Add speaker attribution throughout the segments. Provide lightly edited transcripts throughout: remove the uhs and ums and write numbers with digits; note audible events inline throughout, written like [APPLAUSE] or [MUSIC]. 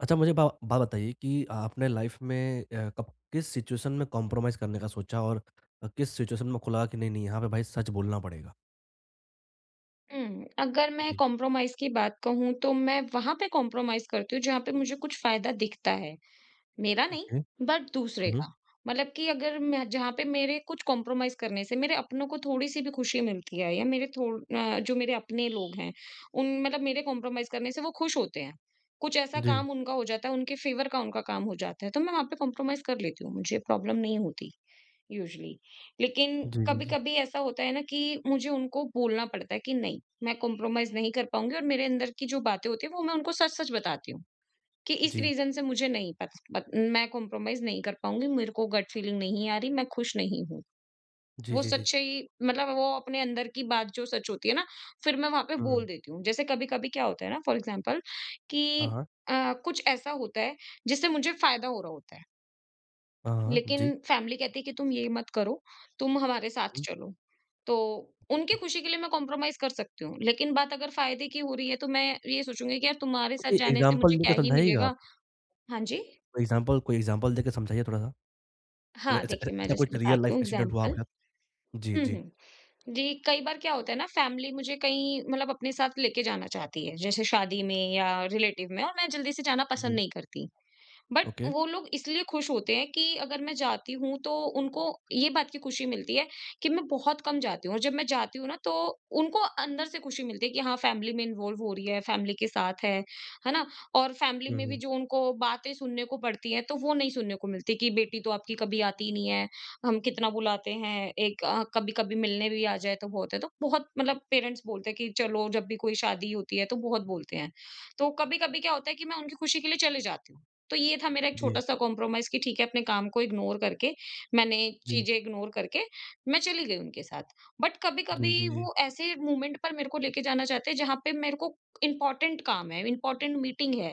Speaker 1: अच्छा, मुझे बा बात बताइए कि आपने लाइफ में कब किस सिचुएशन में कॉम्प्रोमाइज़ करने का सोचा और किस सिचुएशन में खुला कि नहीं, नहीं यहाँ पे भाई सच बोलना पड़ेगा?
Speaker 2: अगर मैं
Speaker 1: जी,
Speaker 2: कॉम्प्रोमाइज़ की बात कहूँ तो मैं वहाँ पे कॉम्प्रोमाइज़ करती हूँ जहाँ पे मुझे कुछ फ़ायदा दिखता है। मेरा नहीं
Speaker 1: ओके।
Speaker 2: बट दूसरे
Speaker 1: हुँ, हुँ।
Speaker 2: का। मतलब कि अगर मैं जहाँ पे मेरे कुछ कॉम्प्रोमाइज़ करने से मेरे अपनों को थोड़ी-सी भी खुशी मिलती है या जो मेरे अपने लोग हैं, उन मतलब मेरे कॉम्प्रोमाइज़ करने से वो खुश होते हैं। कुछ ऐसा
Speaker 1: जी।
Speaker 2: काम उनका हो जाता है, उनके फ़ेवर का उनका काम हो जाता है, तो मैं वहाँ पे कॉम्प्रोमाइज़ कर लेती हूँ, मुझे प्रॉब्लम नहीं होती। यूजुअली लेकिन
Speaker 1: जी, जी, जी।
Speaker 2: कभी-कभी ऐसा होता है ना कि मुझे उनको बोलना पड़ता है कि नहीं, मैं कॉम्प्रोमाइज़ नहीं कर पाऊँगी और मेरे अंदर की जो बातें होती हैं वो मैं उनको सच-सच बताती हूँ, कि इस
Speaker 1: जी।
Speaker 2: रीज़न से मुझे नहीं पत पत मैं कॉम्प्रोमाइज़ नहीं कर पाऊँगी, मेरे को गट फीलिंग नहीं आ रही, मैं खुश नहीं हूँ।
Speaker 1: जी,
Speaker 2: वो
Speaker 1: जी, जी, जी।
Speaker 2: सच्चाई मतलब वो अपने अंदर की बात जो सच होती है ना, फिर मैं वहाँ पे बोल
Speaker 1: हुँ।
Speaker 2: देती हूँ। जैसे कभी-कभी क्या होता है ना फॉर एग्ज़ाम्पल कि
Speaker 1: हाँ, हाँ।
Speaker 2: कुछ ऐसा होता है जिससे मुझे फ़ायदा हो रहा होता है।
Speaker 1: हाँ, हाँ।
Speaker 2: लेकिन
Speaker 1: जी।
Speaker 2: फैमिली कहती है कि तुम ये मत करो, तुम हमारे साथ
Speaker 1: हुँ।
Speaker 2: चलो। तो उनकी खुशी के लिए मैं कॉम्प्रोमाइज़ कर सकती हूँ, लेकिन बात अगर फ़ायदे की हो रही है तो मैं ये सोचूँगी कि यार तुम्हारे साथ
Speaker 1: कोई
Speaker 2: जाने से
Speaker 1: एग्ज़ाम्पल
Speaker 2: मुझे
Speaker 1: देके
Speaker 2: क्या ही
Speaker 1: समझाइएगा आप?
Speaker 2: मिलेगा। हाँ जी।
Speaker 1: कोई एग्ज़ाम्पल देके समझाइए थोड़ा-सा। कोई
Speaker 2: हाँ,
Speaker 1: ऐसा ऐसा
Speaker 2: देखिए मैं
Speaker 1: ऐसा
Speaker 2: जैसे
Speaker 1: कुछ रियल
Speaker 2: बताती
Speaker 1: लाइफ़
Speaker 2: हूँ
Speaker 1: एक्सीडेंट हुआ
Speaker 2: एग्ज़ाम्पल।
Speaker 1: आपके साथ? जी,
Speaker 2: हुँ,
Speaker 1: जी।
Speaker 2: हुँ। जी, कई बार क्या होता है ना फैमिली मुझे कहीं मतलब अपने साथ लेके जाना चाहती है, जैसे शादी में या रिलेटिव में और मैं जल्दी से जाना पसंद
Speaker 1: जी।
Speaker 2: नहीं करती। But
Speaker 1: okay.
Speaker 2: वो लोग इसलिए खुश होते हैं कि अगर मैं जाती हूँ तो उनको ये बात की खुशी मिलती है कि मैं बहुत कम जाती हूँ और जब मैं जाती हूँ ना तो उनको अंदर से खुशी मिलती है कि हाँ फैमिली में इन्वॉल्व हो रही है फैमिली के साथ है ना। और फैमिली
Speaker 1: हुँ,
Speaker 2: में भी
Speaker 1: हुँ।
Speaker 2: जो उनको बातें सुनने को पड़ती हैं तो वो नहीं सुनने को मिलती कि बेटी तो आपकी कभी आती ही नहीं है, हम कितना बुलाते हैं, एक कभी कभी मिलने भी आ जाए तो बहुत है तो बहुत मतलब पेरेंट्स बोलते हैं कि चलो जब भी कोई शादी होती है तो बहुत बोलते हैं। तो कभी कभी क्या होता है कि मैं उनकी खुशी के लिए चले जाती हूँ। तो ये था मेरा एक
Speaker 1: जी।
Speaker 2: छोटा-सा कॉम्प्रोमाइज़ कि ठीक है अपने काम को इग्नोर करके, मैंने
Speaker 1: जी।
Speaker 2: चीज़ें इग्नोर करके मैं चली गई उनके साथ। बट
Speaker 1: जी, जी,
Speaker 2: कभी-कभी
Speaker 1: जी।
Speaker 2: वो ऐसे मोमेंट पर मेरे को लेके जाना चाहते हैं जहाँ पे मेरे को इम्पोर्टेंट काम है, इम्पोर्टेंट मीटिंग है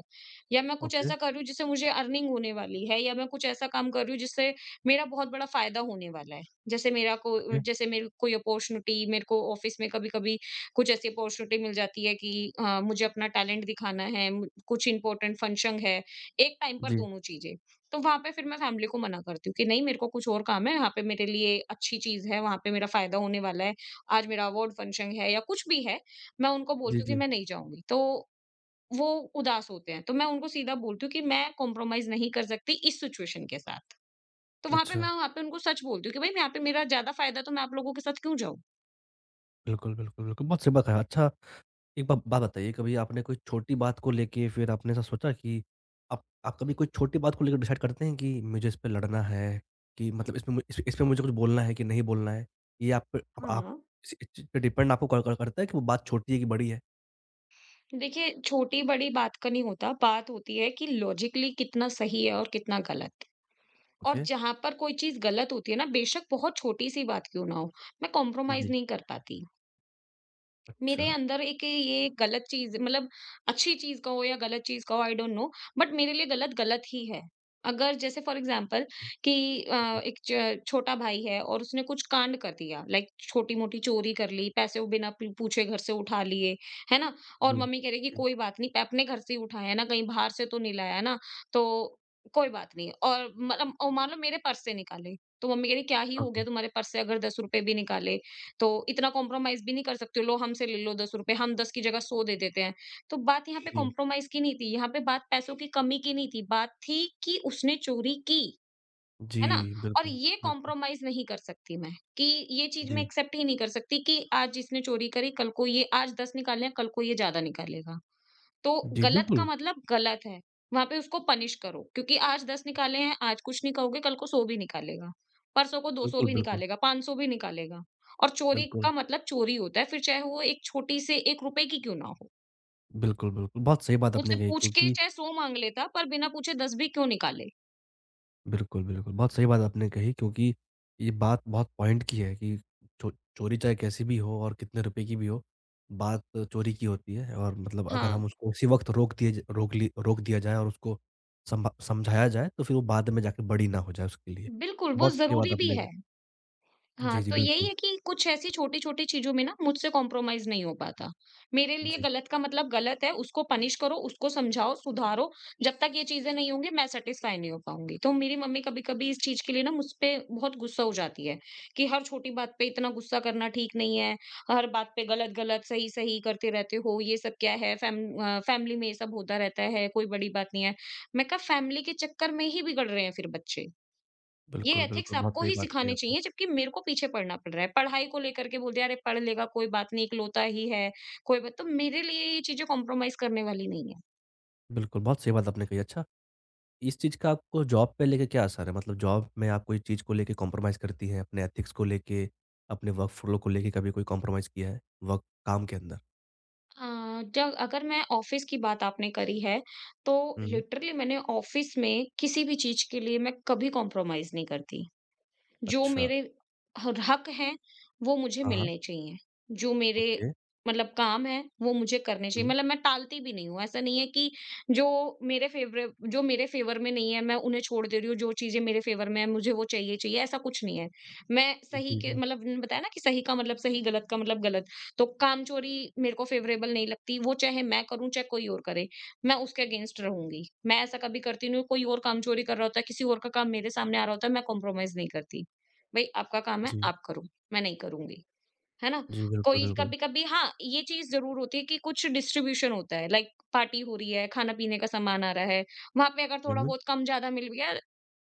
Speaker 2: या मैं कुछ
Speaker 1: ओके,
Speaker 2: ऐसा कर रही हूँ जिससे मुझे अर्निंग होने वाली है या मैं कुछ ऐसा काम कर रही हूँ जिससे मेरा बहुत बड़ा फ़ायदा होने वाला है। जैसे मेरा
Speaker 1: ओके।
Speaker 2: को जैसे मेरी कोई अपॉर्च्युनिटी मेरे को ऑफ़िस में कभी-कभी कुछ ऐसी अपॉर्च्युनिटी मिल जाती है कि मुझे अपना टैलेंट दिखाना है, कुछ इम्पोर्टेंट फंक्शन है, एक टाइम पर
Speaker 1: जी।
Speaker 2: दोनों चीज़ें। तो वहाँ पे फिर मैं फैमिली को मना करती हूँ कि नहीं मेरे को कुछ और काम है, यहाँ पे मेरे लिए अच्छी चीज़ है, वहाँ पे मेरा फ़ायदा होने वाला है, आज मेरा अवार्ड फंक्शन है या कुछ भी है, मैं उनको
Speaker 1: जी,
Speaker 2: बोलती हूँ कि
Speaker 1: जी।
Speaker 2: मैं नहीं जाऊँगी। तो वो उदास होते हैं, तो मैं उनको सीधा बोलती हूँ कि मैं कॉम्प्रोमाइज़ नहीं कर सकती इस सिचुएशन के साथ। तो
Speaker 1: अच्छा।
Speaker 2: वहाँ पे उनको सच बोलती हूँ कि भाई यहाँ पे मेरा ज़्यादा फ़ायदा है तो मैं आप लोगों के साथ क्यों जाऊँ?
Speaker 1: बिल्कुल, बिल्कुल, बिल्कुल, बहुत सही बात कहा। अच्छा, एक बा बात बताइए, कभी आपने कोई छोटी बात को लेके फिर आपने ऐसा सोचा कि आप कभी कोई छोटी बात को लेकर डिसाइड करते हैं कि मुझे इस पे लड़ना है, कि मतलब इसमें मु इस इसमें मुझे कुछ बोलना है कि नहीं बोलना है? ये आप पे
Speaker 2: हाँ,
Speaker 1: आप-
Speaker 2: हाँ।
Speaker 1: इस चीज़ पे डिपेंड आपको कर कर करता है कि वो बात छोटी है कि बड़ी है?
Speaker 2: देखिए छोटी-बड़ी बात का नहीं होता, बात होती है कि लॉजिकली कितना सही है और कितना गलत। और
Speaker 1: ओके।
Speaker 2: जहाँ पर कोई चीज़ गलत होती है ना, बेशक बहुत छोटी-सी बात क्यों ना हो, मैं कॉम्प्रोमाइज़
Speaker 1: जी,
Speaker 2: नहीं कर पाती। मेरे
Speaker 1: अच्छा।
Speaker 2: अंदर एक ये गलत चीज़ मतलब अच्छी चीज़ कहो या गलत चीज़ कहो आई डोंट नो, बट मेरे लिए गलत गलत ही है। अगर जैसे फॉर एग्जाम्पल कि
Speaker 1: जी,
Speaker 2: एक च छोटा भाई है और उसने कुछ कांड कर दिया लाइक छोटी-मोटी चोरी कर ली, पैसे वो बिना पू पूछे घर से उठा लिए, है ना? और
Speaker 1: जी,
Speaker 2: मम्मी कह रही है कि
Speaker 1: जी,
Speaker 2: कोई बात नहीं, अपने घर से ही उठाया है ना, कहीं बाहर से तो नहीं लाया ना, तो कोई बात नहीं। और मतलब और मान लो मेरे पर्स से निकाले, तो मम्मी कह रही क्या ही हो
Speaker 1: ओके,
Speaker 2: गया तुम्हारे पर्स से अगर ₹10 भी निकाले। तो इतना कॉम्प्रोमाइज़ भी नहीं कर सकते हो, लो हमसे ले लो ₹10, हम 10 की जगह 100 दे देते हैं। तो बात यहाँ पे
Speaker 1: जी।
Speaker 2: कॉम्प्रोमाइज़ की नहीं थी, यहाँ पे बात पैसों की कमी की नहीं थी, बात थी कि उसने चोरी की, है ना?
Speaker 1: जी,
Speaker 2: और
Speaker 1: बिल्कुल,
Speaker 2: ये
Speaker 1: बिल्कुल,
Speaker 2: कॉम्प्रोमाइज़ नहीं कर सकती मैं, कि ये चीज़ मैं
Speaker 1: जी,
Speaker 2: एक्सेप्ट ही नहीं कर सकती कि आज इसने चोरी करी, कल को ये आज 10 निकाले, हैं, कल को ये ज़्यादा निकालेगा। तो
Speaker 1: जी,
Speaker 2: गलत का
Speaker 1: बिल्कुल,
Speaker 2: मतलब गलत है। वहाँ पे उसको पनिश करो क्योंकि आज 10 निकाले हैं, आज कुछ नहीं कहोगे, कल को 100 भी निकालेगा। परसों को 200
Speaker 1: बिल्कुल,
Speaker 2: भी
Speaker 1: बिल्कुल,
Speaker 2: निकालेगा, 500 भी निकालेगा। और चोरी का
Speaker 1: बिल्कुल,
Speaker 2: मतलब चोरी होता है, फिर चाहे वो एक छोटी से ₹1 की क्यों ना हो।
Speaker 1: बिल्कुल, बिल्कुल, बहुत सही बात आपने
Speaker 2: मुझसे
Speaker 1: कही
Speaker 2: पूछ के
Speaker 1: क्योंकि
Speaker 2: चाहे 100 माँग लेता, पर बिना पूछे 10 भी क्यों निकाले?
Speaker 1: बिल्कुल, बिल्कुल। बहुत सही बात आपने कही क्योंकि ये बात बहुत पॉइंट की है कि चो चोरी चाहे कैसी भी हो और कितने रुपए की भी हो, बात चोरी की होती है और मतलब अगर
Speaker 2: हाँ,
Speaker 1: हम उसको उसी वक़्त रोक दिए ज रोक ली रोक दिया जाए और उसको सम समझाया जाए तो फिर वो बाद में जाके बड़ी ना हो जाए उसके लिए।
Speaker 2: बिल्कुल वो
Speaker 1: बहुत सही बात
Speaker 2: ज़रूरी भी
Speaker 1: आपने
Speaker 2: है। हाँ,
Speaker 1: जी, जी,
Speaker 2: तो यही
Speaker 1: बिल्कुल।
Speaker 2: है कि कुछ ऐसी छोटी-छोटी चीज़ों में ना मुझसे कॉम्प्रोमाइज़ नहीं हो पाता। मेरे लिए
Speaker 1: जी,
Speaker 2: गलत का मतलब गलत है, उसको पनिश करो, उसको समझाओ, सुधारो, जब तक ये चीज़ें नहीं होंगी मैं सैटिस्फाई नहीं हो पाऊँगी। तो मेरी मम्मी कभी-कभी इस चीज़ के लिए ना मुझ पे बहुत गुस्सा हो जाती है, कि हर छोटी बात पे इतना गुस्सा करना ठीक नहीं है, हर बात पे गलत-गलत, सही-सही करते रहते हो, ये सब क्या है? फैमिली में ये सब होता रहता है, कोई बड़ी बात नहीं है। मैं कहा फैमिली के चक्कर में ही बिगड़ रहे हैं फिर बच्चे। ये
Speaker 1: बिल्कुल,
Speaker 2: एथिक्स
Speaker 1: बिल्कुल, बहुत
Speaker 2: आपको
Speaker 1: सही
Speaker 2: ही
Speaker 1: बात कही
Speaker 2: सिखाने
Speaker 1: आपने।
Speaker 2: चाहिए जबकि मेरे को पीछे पड़ना पड़ रहा है। पढ़ाई को लेकर के बोल दिया अरे पढ़ लेगा कोई बात नहीं इकलौता ही है, कोई बात तो मेरे लिए ये चीज़ें कॉम्प्रोमाइज़ करने वाली नहीं है।
Speaker 1: बिल्कुल, बहुत सही बात आपने कही। अच्छा, इस चीज़ का आपको जॉब पे लेके क्या असर है? मतलब जॉब में आप कोई चीज़ को लेके कॉम्प्रोमाइज़ करती हैं, अपने एथिक्स को लेके, अपने वर्क फ्लो को लेके कभी कोई कॉम्प्रोमाइज़ किया है? वर्क काम के अंदर?
Speaker 2: जब अगर मैं ऑफ़िस की बात आपने करी है, तो
Speaker 1: हुँ, हुँ।
Speaker 2: लिटरली मैंने ऑफ़िस में किसी भी चीज़ के लिए मैं कभी कॉम्प्रोमाइज़ नहीं करती। जो
Speaker 1: अच्छा।
Speaker 2: मेरे ह हक हैं, वो मुझे
Speaker 1: हाँ, हाँ।
Speaker 2: मिलने चाहिए। जो मेरे
Speaker 1: ओके।
Speaker 2: मतलब काम हैं, वो मुझे करने चाहिए।
Speaker 1: हुँ।
Speaker 2: मतलब मैं टालती भी नहीं हूँ। ऐसा नहीं है कि जो मेरे फ़ेवर में नहीं है, मैं उन्हें छोड़ दे रही हूँ। जो चीज़ें मेरे फ़ेवर में हैं, मुझे वो चाहिए ही चाहिए, ऐसा कुछ नहीं है।
Speaker 1: जी, जी।
Speaker 2: मैंने बताया ना कि सही का मतलब सही, गलत का मतलब गलत। तो कामचोरी मेरे को फ़ेवरेबल नहीं लगती। वो चाहे मैं करूँ, चाहे कोई और करे, मैं उसके अगेंस्ट रहूँगी। मैं ऐसा कभी करती नहीं हूँ, कोई और कामचोरी कर रहा होता है, किसी और का काम मेरे सामने आ रहा होता है, मैं कॉम्प्रोमाइज़ नहीं करती। भाई आपका काम है
Speaker 1: जी।
Speaker 2: आप करो, मैं नहीं करूँगी, है ना?
Speaker 1: जी, बिल्कुल,
Speaker 2: कोई
Speaker 1: बिल्कुल।
Speaker 2: कभी-कभी हाँ, ये चीज़ ज़रूर होती है कि कुछ डिस्ट्रीब्यूशन होता है लाइक पार्टी हो रही है, खाना-पीने का सामान आ रहा है, वहाँ पे अगर
Speaker 1: हुँ,
Speaker 2: थोड़ा
Speaker 1: हुँ।
Speaker 2: बहुत कम-ज़्यादा मिल गया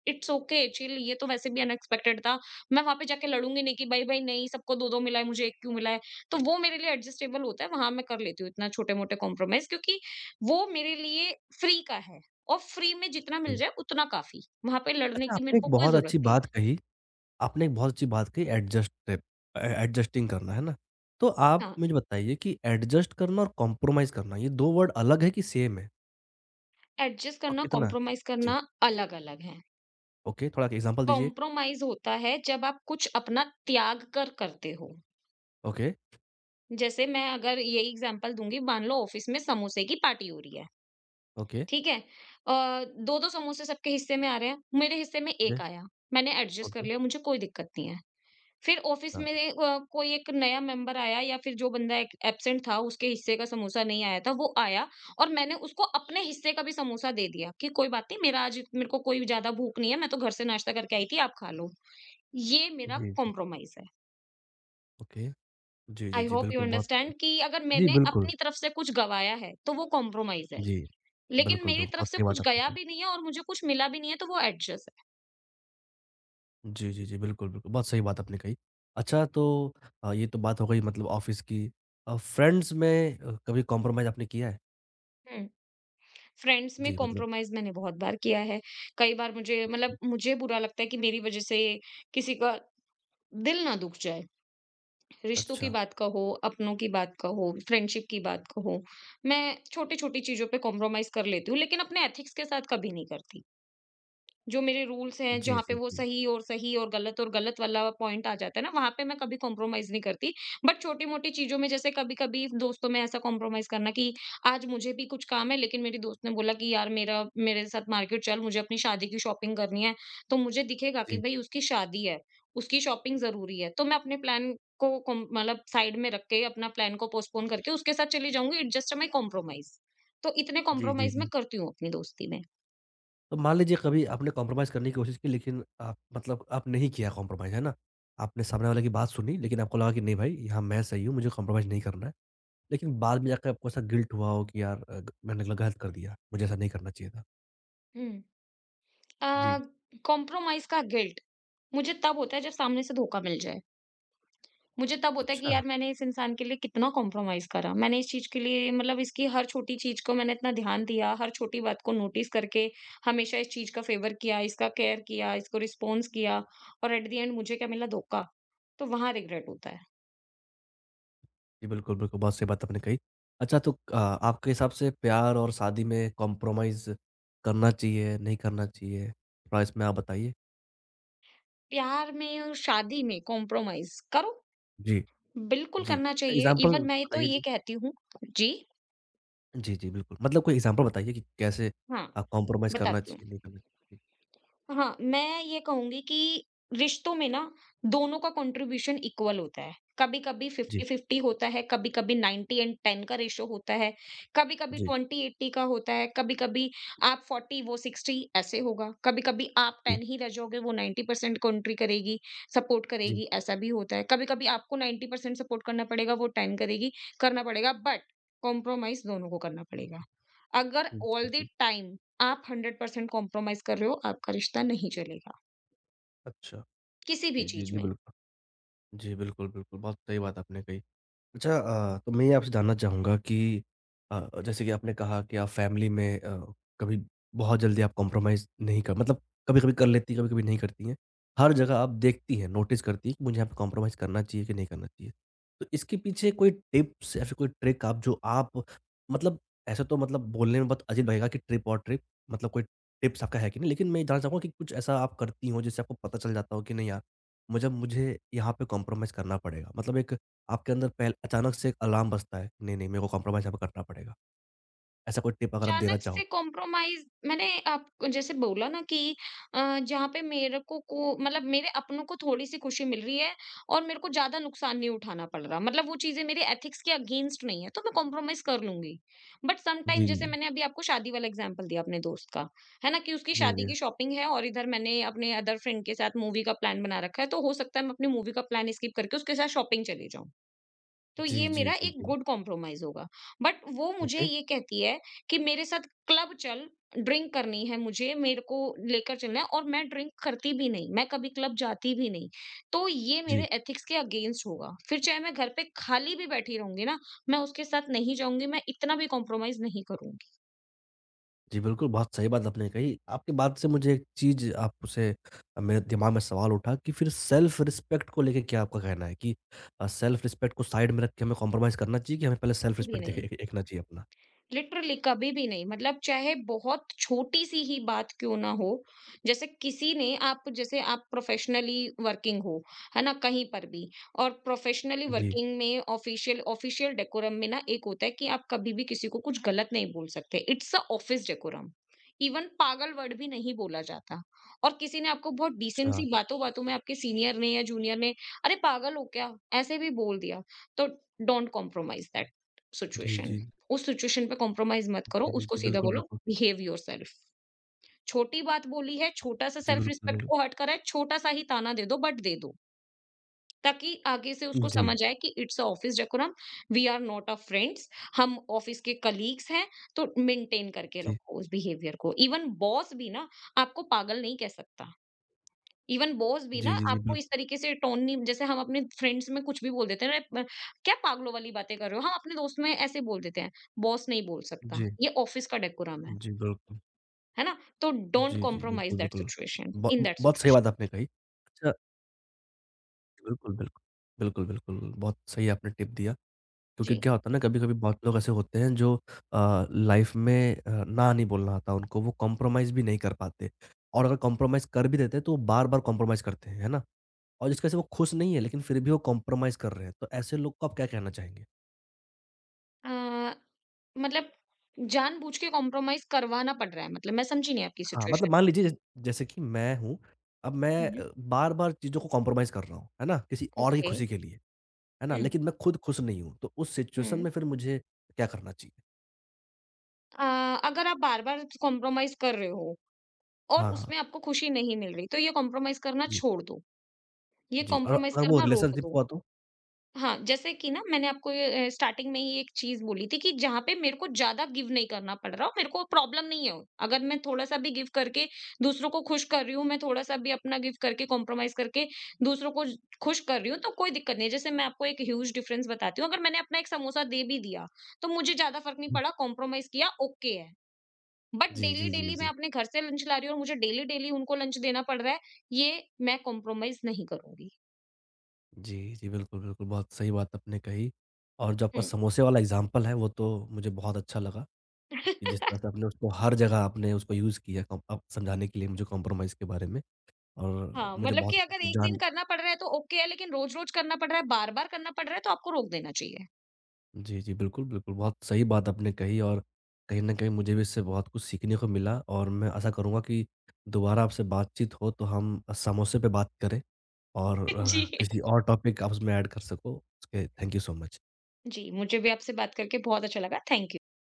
Speaker 2: इट्स ओके चिल ये तो वैसे भी अनएक्सपेक्टेड था। मैं वहाँ पे जाके लड़ूँगी नहीं कि भाई भाई नहीं सबको 2-2 मिला है मुझे 1 क्यों मिला है? तो वो मेरे लिए एडजस्टेबल होता है, वहाँ मैं कर लेती हूँ इतना छोटे-मोटे कॉम्प्रोमाइज़ क्योंकि वो मेरे लिए फ्री का है और फ्री में जितना मिल
Speaker 1: जी।
Speaker 2: जाए उतना काफ़ी, वहाँ पे लड़ने
Speaker 1: अच्छा,
Speaker 2: की
Speaker 1: आपने
Speaker 2: मेरे
Speaker 1: एक
Speaker 2: को कोई
Speaker 1: बहुत अच्छी
Speaker 2: ज़रूरत नहीं
Speaker 1: बात
Speaker 2: है।
Speaker 1: कही, आपने एक बहुत अच्छी बात कही एडजस्टेड एडजस्टिंग करना, है ना? तो आप
Speaker 2: हाँ।
Speaker 1: मुझे बताइए कि एडजस्ट करना और कॉम्प्रोमाइज़ करना ये 2 वर्ड अलग है कि सेम है?
Speaker 2: एडजस्ट
Speaker 1: और
Speaker 2: करना,
Speaker 1: कितना?
Speaker 2: कॉम्प्रोमाइज़
Speaker 1: जी।
Speaker 2: करना अलग-अलग है।
Speaker 1: ओके, थोड़ा एग्ज़ाम्पल दीजिए एक।
Speaker 2: कॉम्प्रोमाइज़ होता है जब आप कुछ अपना त्याग कर करते हो।
Speaker 1: ओके,
Speaker 2: जैसे मैं अगर यही एग्ज़ाम्पल दूँगी, मान लो ऑफ़िस में समोसे की पार्टी हो रही है,
Speaker 1: ओके।
Speaker 2: ठीक है? अ, 2-2 समोसे सबके हिस्से में आ रहे हैं, मेरे हिस्से में
Speaker 1: जी,
Speaker 2: 1 आया। मैंने एडजस्ट कर
Speaker 1: ओके,
Speaker 2: लिया, मुझे कोई दिक्कत नहीं है। फिर ऑफिस
Speaker 1: हाँ,
Speaker 2: में कोई एक नया मेंबर आया या फिर जो बंदा एक एब्सेंट था उसके हिस्से का समोसा नहीं आया था वो आया और मैंने उसको अपने हिस्से का भी समोसा दे दिया कि कोई बात नहीं, मेरा आज मेरे को कोई ज्यादा भूख नहीं है, मैं तो घर से नाश्ता करके आई थी, आप खा लो। ये मेरा
Speaker 1: जी, जी।
Speaker 2: कॉम्प्रोमाइज है।
Speaker 1: ओके, जी, जी,
Speaker 2: आई
Speaker 1: जी,
Speaker 2: होप यू
Speaker 1: बिल्कुल, बहुत
Speaker 2: अंडरस्टैंड कि अगर
Speaker 1: जी,
Speaker 2: मैंने
Speaker 1: बिल्कुल,
Speaker 2: अपनी तरफ से कुछ गवाया है तो वो कॉम्प्रोमाइज है,
Speaker 1: जी,
Speaker 2: लेकिन
Speaker 1: बिल्कुल,
Speaker 2: मेरी
Speaker 1: बिल्कुल,
Speaker 2: तरफ
Speaker 1: बहुत
Speaker 2: से
Speaker 1: सही
Speaker 2: कुछ
Speaker 1: बात आपने
Speaker 2: गया
Speaker 1: कही।
Speaker 2: भी नहीं है और मुझे कुछ मिला भी नहीं है तो वो एडजस्ट
Speaker 1: जी, जी, जी, बिल्कुल, बिल्कुल, बहुत सही बात आपने कही। अच्छा तो ये तो बात हो गई मतलब ऑफ़िस की। फ्रेंड्स में कभी कॉम्प्रोमाइज़ आपने किया है?
Speaker 2: है। हम्म। फ्रेंड्स में
Speaker 1: जी, मतलब
Speaker 2: कॉम्प्रोमाइज मैंने बहुत बार किया है। कई बार मुझे मतलब
Speaker 1: जी,
Speaker 2: मुझे बुरा लगता है कि मेरी वज़ह से किसी का दिल ना दुःख जाए। रिश्तों की
Speaker 1: अच्छा,
Speaker 2: बात का हो, अपनों की बात का हो, फ्रेंडशिप की बात का हो, मैं छोटी-छोटी चीज़ों पे कॉम्प्रोमाइज़ कर लेती हूँ, लेकिन अपने एथिक्स के साथ कभी नहीं करती। जो मेरे रूल्स हैं,
Speaker 1: जी,
Speaker 2: जहाँ पे
Speaker 1: जी,
Speaker 2: वो
Speaker 1: जी,
Speaker 2: सही और गलत वाला पॉइंट आ जाता है ना, वहाँ पे मैं कभी कॉम्प्रोमाइज़ नहीं करती। बट छोटी-मोटी चीज़ों में जैसे कभी-कभी दोस्तों में ऐसा कॉम्प्रोमाइज़ करना कि आज मुझे भी कुछ काम है, लेकिन मेरी दोस्त ने बोला कि यार मेरा, मेरे साथ मार्केट चल, मुझे अपनी शादी की शॉपिंग करनी है। तो मुझे दिखेगा कि
Speaker 1: जी,
Speaker 2: भई उसकी शादी है, उसकी शॉपिंग ज़रूरी है। तो मैं अपने प्लान को कॉम मतलब साइड में रख के अपना प्लान को पोस्टपोन करके उसके साथ चली जाऊँगी। It's just my compromise. तो इतने
Speaker 1: जी, जी,
Speaker 2: कॉम्प्रोमाइज़ मैं
Speaker 1: जी।
Speaker 2: करती हूँ अपनी दोस्ती में।
Speaker 1: तो मान लीजिए कभी आपने कॉम्प्रोमाइज़ करने की कोशिश की लेकिन आप मतलब आप नहीं किया कॉम्प्रोमाइज़, है ना? आपने सामने वाले की बात सुनी लेकिन आपको लगा कि नहीं भाई, यहाँ मैं सही हूँ, मुझे कॉम्प्रोमाइज़ नहीं करना है। लेकिन बाद में जाकर आपको ऐसा गिल्ट हुआ हो कि यार ग मैंने गलत कर दिया, मुझे ऐसा नहीं करना चाहिए था।
Speaker 2: हुँ। अ,
Speaker 1: जी।
Speaker 2: कॉम्प्रोमाइज का गिल्ट मुझे तब होता है जब सामने से धोखा मिल जाए। मुझे तब होता है कि
Speaker 1: अच्छा,
Speaker 2: यार मैंने इस इंसान के लिए कितना कॉम्प्रोमाइज करा। मैंने इस चीज़ के लिए मतलब इसकी हर छोटी चीज़ को मैंने इतना ध्यान दिया, हर छोटी बात को नोटिस करके हमेशा इस चीज़ का फ़ेवर किया, इसका केयर किया, इसको रिस्पॉन्स किया और एट द एंड मुझे क्या मिला, धोखा। तो वहाँ रिग्रेट होता है।
Speaker 1: जी, बिल्कुल, बिल्कुल, बहुत सही बात आपने कही। अच्छा तो आपके हिसाब से प्यार और शादी में कॉम्प्रोमाइज़ करना चाहिए, नहीं करना चाहिए? थोड़ा इसमें आप बताइए।
Speaker 2: प्यार में और शादी में कॉम्प्रोमाइज़ करो,
Speaker 1: जी,
Speaker 2: बिल्कुल
Speaker 1: जी।
Speaker 2: करना चाहिए।
Speaker 1: एग्ज़ाम्पल
Speaker 2: इवन मैं तो
Speaker 1: बताइए
Speaker 2: ये
Speaker 1: जी।
Speaker 2: कहती हूँ। जी,
Speaker 1: जी, जी, बिल्कुल। मतलब कोई एग्ज़ाम्पल बताइए कि कैसे
Speaker 2: हाँ,
Speaker 1: आप कॉम्प्रोमाइज़ करना
Speaker 2: बताती हूँ।
Speaker 1: चाहिए, नहीं करना चाहिए?
Speaker 2: हाँ, मैं ये कहूँगी कि रिश्तों में ना दोनों का कंट्रीब्यूशन इक्वल होता है। कभी-कभी
Speaker 1: जी,
Speaker 2: 50-50 होता है, कभी-कभी 90 एंड 10 का रेशियो होता है, कभी-कभी
Speaker 1: जी,
Speaker 2: 20-80 का होता है, कभी-कभी आप 40 वो 60 ऐसे होगा, कभी-कभी आप
Speaker 1: जी,
Speaker 2: 10 ही रह जाओगे वो 90% कंट्री करेगी, सपोर्ट
Speaker 1: जी,
Speaker 2: करेगी, ऐसा भी होता है। कभी-कभी आपको 90% सपोर्ट करना पड़ेगा, वो 10 करेगी, करना पड़ेगा, बट कॉम्प्रोमाइज़ दोनों को करना पड़ेगा। अगर
Speaker 1: जी, जी,
Speaker 2: ऑल द
Speaker 1: जी।
Speaker 2: टाइम आप 100% कॉम्प्रोमाइज़ कर रहे हो, आपका रिश्ता नहीं चलेगा,
Speaker 1: अच्छा,
Speaker 2: किसी भी
Speaker 1: जी, जी,
Speaker 2: चीज़
Speaker 1: जी,
Speaker 2: में।
Speaker 1: बिल्कुल। जी, बिल्कुल, बिल्कुल, बहुत सही बात आपने कही। अच्छा तो मैं ये आपसे जानना चाहूँगा कि जैसे कि आपने कहा कि आप फैमिली में कभी बहुत जल्दी आप कॉम्प्रोमाइज़ नहीं कर मतलब कभी-कभी कर लेती हैं, कभी-कभी नहीं करती हैं। हर जगह आप देखती हैं, नोटिस करती हैं कि मुझे यहाँ पे कॉम्प्रोमाइज़ करना चाहिए कि नहीं करना चाहिए। तो इसके पीछे कोई टिप्स या फिर कोई ट्रिक आप जो आप मतलब ऐसा तो मतलब बोलने में बहुत अजीब लगेगा कि ट्रिप और ट्रिक मतलब कोई टिप्स आपका है कि नहीं? लेकिन मैं ये जानना चाहूँगा कि कुछ ऐसा आप करती हो जिससे आपको पता चल जाता हो कि नहीं यार, मुझे मुझे यहाँ पे कॉम्प्रोमाइज़ करना पड़ेगा? मतलब एक आपके अंदर पहल अचानक से एक अलार्म बजता है, नहीं, नहीं मेरे को कॉम्प्रोमाइज़ यहाँ पे करना पड़ेगा। ऐसा कोई टिप अगर आप देना
Speaker 2: अचानक
Speaker 1: चाहो?
Speaker 2: से कॉम्प्रोमाइज़, मैंने आपको जैसे बोला ना कि जहाँ पे मेरे को मतलब मेरे अपनों को थोड़ी-सी खुशी मिल रही है और मेरे को ज़्यादा नुकसान नहीं उठाना पड़ रहा, मतलब वो चीज़ें मेरे एथिक्स के अगेंस्ट नहीं है, तो मैं कॉम्प्रोमाइज़ कर लूँगी। बट सम टाइम
Speaker 1: जी,
Speaker 2: जैसे
Speaker 1: जी,
Speaker 2: मैंने अभी आपको शादी वाला एग्ज़ाम्पल दिया अपने दोस्त का, है ना? कि उसकी
Speaker 1: जी,
Speaker 2: शादी
Speaker 1: जी।
Speaker 2: की शॉपिंग है और इधर मैंने अपने अदर फ्रेंड के साथ मूवी का प्लान बना रखा है, तो हो सकता है मैं अपनी मूवी का प्लान स्किप करके उसके साथ शॉपिंग चली जाऊँ। तो
Speaker 1: जी,
Speaker 2: ये
Speaker 1: जी,
Speaker 2: मेरा
Speaker 1: जी,
Speaker 2: एक
Speaker 1: जी।
Speaker 2: गुड कॉम्प्रोमाइज होगा। बट वो मुझे
Speaker 1: ओके।
Speaker 2: ये कहती है कि मेरे साथ क्लब चल, ड्रिंक करनी है मुझे, मेरे को लेकर चलना है और मैं ड्रिंक करती भी नहीं, मैं कभी क्लब जाती भी नहीं। तो ये मेरे
Speaker 1: जी,
Speaker 2: एथिक्स के अगेंस्ट होगा। फिर चाहे मैं घर पे खाली भी बैठी रहूँगी ना, मैं उसके साथ नहीं जाऊँगी, मैं इतना भी कॉम्प्रोमाइज़ नहीं करूँगी,
Speaker 1: जी, बिल्कुल, बहुत सही बात आपने कही। आपकी बात से मुझे एक चीज़ आपसे मेरे दिमाग में सवाल उठा कि फिर सेल्फ रिस्पेक्ट को लेके क्या आपका कहना है कि सेल्फ रिस्पेक्ट को साइड में रख के हमें कॉम्प्रोमाइज़ करना चाहिए कि हमें पहले सेल्फ
Speaker 2: कभी भी
Speaker 1: रिस्पेक्ट देखे
Speaker 2: नहीं।
Speaker 1: दे देखना चाहिए अपना?
Speaker 2: लिटरली कभी भी नहीं, मतलब चाहे बहुत छोटी सी ही बात क्यों ना हो, जैसे किसी ने आप जैसे आप प्रोफेशनली वर्किंग हो, है ना, कहीं पर भी, और प्रोफेशनली
Speaker 1: जी,
Speaker 2: वर्किंग में ऑफिशियल ऑफिशियल डेकोरम में ना एक होता है कि आप कभी भी किसी को कुछ गलत नहीं बोल सकते, it's a office decorum. Even पागल वर्ड भी नहीं बोला जाता, और किसी ने आपको बहुत डिसेंट
Speaker 1: अच्छा।
Speaker 2: सी बातों बातों में आपके सीनियर ने या जूनियर ने अरे पागल हो क्या ऐसे भी बोल दिया, तो डोंट कॉम्प्रोमाइज दैट
Speaker 1: जी,
Speaker 2: सिचुएशन।
Speaker 1: जी,
Speaker 2: उस सिचुएशन पे कॉम्प्रोमाइज़ मत करो,
Speaker 1: जी, जी,
Speaker 2: उसको
Speaker 1: जी,
Speaker 2: सीधा
Speaker 1: बिल्कुल,
Speaker 2: बोलो
Speaker 1: बिल्कुल।
Speaker 2: Behave yourself. छोटी बात बोली है, छोटा-सा
Speaker 1: जी,
Speaker 2: सेल्फ
Speaker 1: बिल्कुल,
Speaker 2: रिस्पेक्ट
Speaker 1: बिल्कुल।
Speaker 2: को हर्ट करा है, छोटा-सा ही ताना दे दो, बट दे दो। ताकि आगे से
Speaker 1: जी,
Speaker 2: उसको
Speaker 1: जी,
Speaker 2: समझ आए कि it's a office decorum, we are not a friends, हम ऑफिस के कलीग्स हैं, तो मेंटेन करके रखो उस बिहेवियर को। इवन बॉस भी ना आपको पागल नहीं कह सकता। इवन बॉस भी ना
Speaker 1: जी, जी, जी,
Speaker 2: आपको इस
Speaker 1: बिल्कुल।
Speaker 2: तरीके से टोन नहीं, जैसे हम अपने फ्रेंड्स में कुछ भी बोल देते हैं "अरे, क्या पागलों वाली बातें कर रहे हो", हम अपने दोस्त में ऐसे बोल देते हैं, बॉस नहीं बोल सकता,
Speaker 1: जी,
Speaker 2: ये ऑफिस का डेकोरम है
Speaker 1: जी, बिल्कुल।
Speaker 2: है ना? तो डोंट
Speaker 1: जी, जी।
Speaker 2: कॉम्प्रोमाइज
Speaker 1: बिल्कुल,
Speaker 2: दैट
Speaker 1: बिल्कुल।
Speaker 2: सिचुएशन
Speaker 1: ब
Speaker 2: इन
Speaker 1: ब
Speaker 2: दैट
Speaker 1: बहुत सही बात
Speaker 2: सिचुएशन।
Speaker 1: आपने कही। अच्छा, बिल्कुल, बिल्कुल। बिल्कुल, बिल्कुल। बहुत सही आपने टिप दिया क्योंकि
Speaker 2: जी,
Speaker 1: क्या होता है ना कभी-कभी बहुत लोग ऐसे होते हैं जो लाइफ़ में ना नहीं बोलना आता उनको, वो कॉम्प्रोमाइज़ भी नहीं कर पाते और अगर कॉम्प्रोमाइज़ कर भी देते हैं तो वो बार-बार कॉम्प्रोमाइज़ करते हैं, है ना? और जिसकी वजह से वो खुश नहीं है लेकिन फिर भी वो कॉम्प्रोमाइज़ कर रहे हैं, तो ऐसे लोग को आप क्या कहना चाहेंगे?
Speaker 2: अ, मतलब जानबूझ के कॉम्प्रोमाइज करवाना पड़ रहा है, मतलब मैं समझी नहीं आपकी
Speaker 1: हाँ, मतलब
Speaker 2: सिचुएशन।
Speaker 1: मान लीजिए जै जैसे कि मैं हूँ, अब मैं
Speaker 2: हम्म।
Speaker 1: बार-बार चीज़ों को कॉम्प्रोमाइज़ कर रहा हूँ, है ना? किसी और की
Speaker 2: ओके।
Speaker 1: खुशी के लिए। है ना?
Speaker 2: हम्म।
Speaker 1: लेकिन मैं खुद खुश नहीं हूँ, तो उस सिचुएशन
Speaker 2: हम्म।
Speaker 1: में फिर मुझे क्या करना चाहिए?
Speaker 2: अ, अगर आप बार बार कॉम्प्रोमाइज कर रहे हो और
Speaker 1: हाँ, हाँ।
Speaker 2: उसमें आपको खुशी नहीं मिल रही तो ये कॉम्प्रोमाइज करना
Speaker 1: जी,
Speaker 2: छोड़ दो, ये
Speaker 1: जी। और
Speaker 2: कॉम्प्रोमाइज
Speaker 1: अगर वो
Speaker 2: करना रोक
Speaker 1: रिलेशनशिप
Speaker 2: दो।
Speaker 1: हुआ तो?
Speaker 2: हाँ, जैसे कि ना मैंने आपको ये स्टार्टिंग में ही एक चीज़ बोली थी कि जहाँ पे मेरे को ज़्यादा गिव नहीं करना पड़ रहा और मेरे को प्रॉब्लम नहीं है। अगर मैं थोड़ा-सा भी गिव करके दूसरों को खुश कर रही हूँ, मैं थोड़ा-सा भी अपना गिव करके कॉम्प्रोमाइज़ करके दूसरों को ज खुश कर रही हूँ, तो कोई दिक्कत नहीं है। जैसे मैं आपको एक ह्यूज डिफरेंस बताती हूँ, अगर मैंने अपना एक समोसा दे भी दिया, तो मुझे ज़्यादा फ़र्क नहीं
Speaker 1: हुँ।
Speaker 2: पड़ा, कॉम्प्रोमाइज़ किया, ओके है। But
Speaker 1: ji, ji, ji,
Speaker 2: daily daily मैं
Speaker 1: जी।
Speaker 2: अपने घर से लंच ला रही हूँ और मुझे डेली-डेली उनको लंच देना पड़ रहा है, ये मैं कॉम्प्रोमाइज़ नहीं करूँगी।
Speaker 1: जी, जी, बिल्कुल, बिल्कुल, बहुत सही बात आपने कही। और जो आपका
Speaker 2: हुँ।
Speaker 1: समोसे वाला एग्ज़ाम्पल है, वो तो मुझे बहुत अच्छा लगा कि
Speaker 2: [LAUGHS]
Speaker 1: जिस तरह से आपने उसको हर जगह आपने उसको यूज़ किया कॉम अब समझाने के लिए मुझे कॉम्प्रोमाइज़ के बारे में और
Speaker 2: हाँ,
Speaker 1: मुझे
Speaker 2: मतलब कि
Speaker 1: बहुत
Speaker 2: अगर
Speaker 1: कुछ
Speaker 2: 1 दिन
Speaker 1: जान
Speaker 2: करना पड़ रहा है तो ओके है, लेकिन रोज-रोज करना पड़ रहा है, बार-बार करना पड़ रहा है तो आपको रोक देना चाहिए।
Speaker 1: जी, जी। बिल्कुल, बिल्कुल। बहुत सही बात आपने कही और कहीं न कहीं मुझे भी इससे बहुत कुछ सीखने को मिला और मैं आशा करूँगा कि दोबारा आपसे बातचीत हो तो हम समोसे पे बात करें और
Speaker 2: [LAUGHS] जी।
Speaker 1: किसी और टॉपिक आप उसमें ऐड कर सको, उसके थैंक यू सो मच।
Speaker 2: जी, मुझे भी आपसे बात करके बहुत अच्छा लगा। Thank you.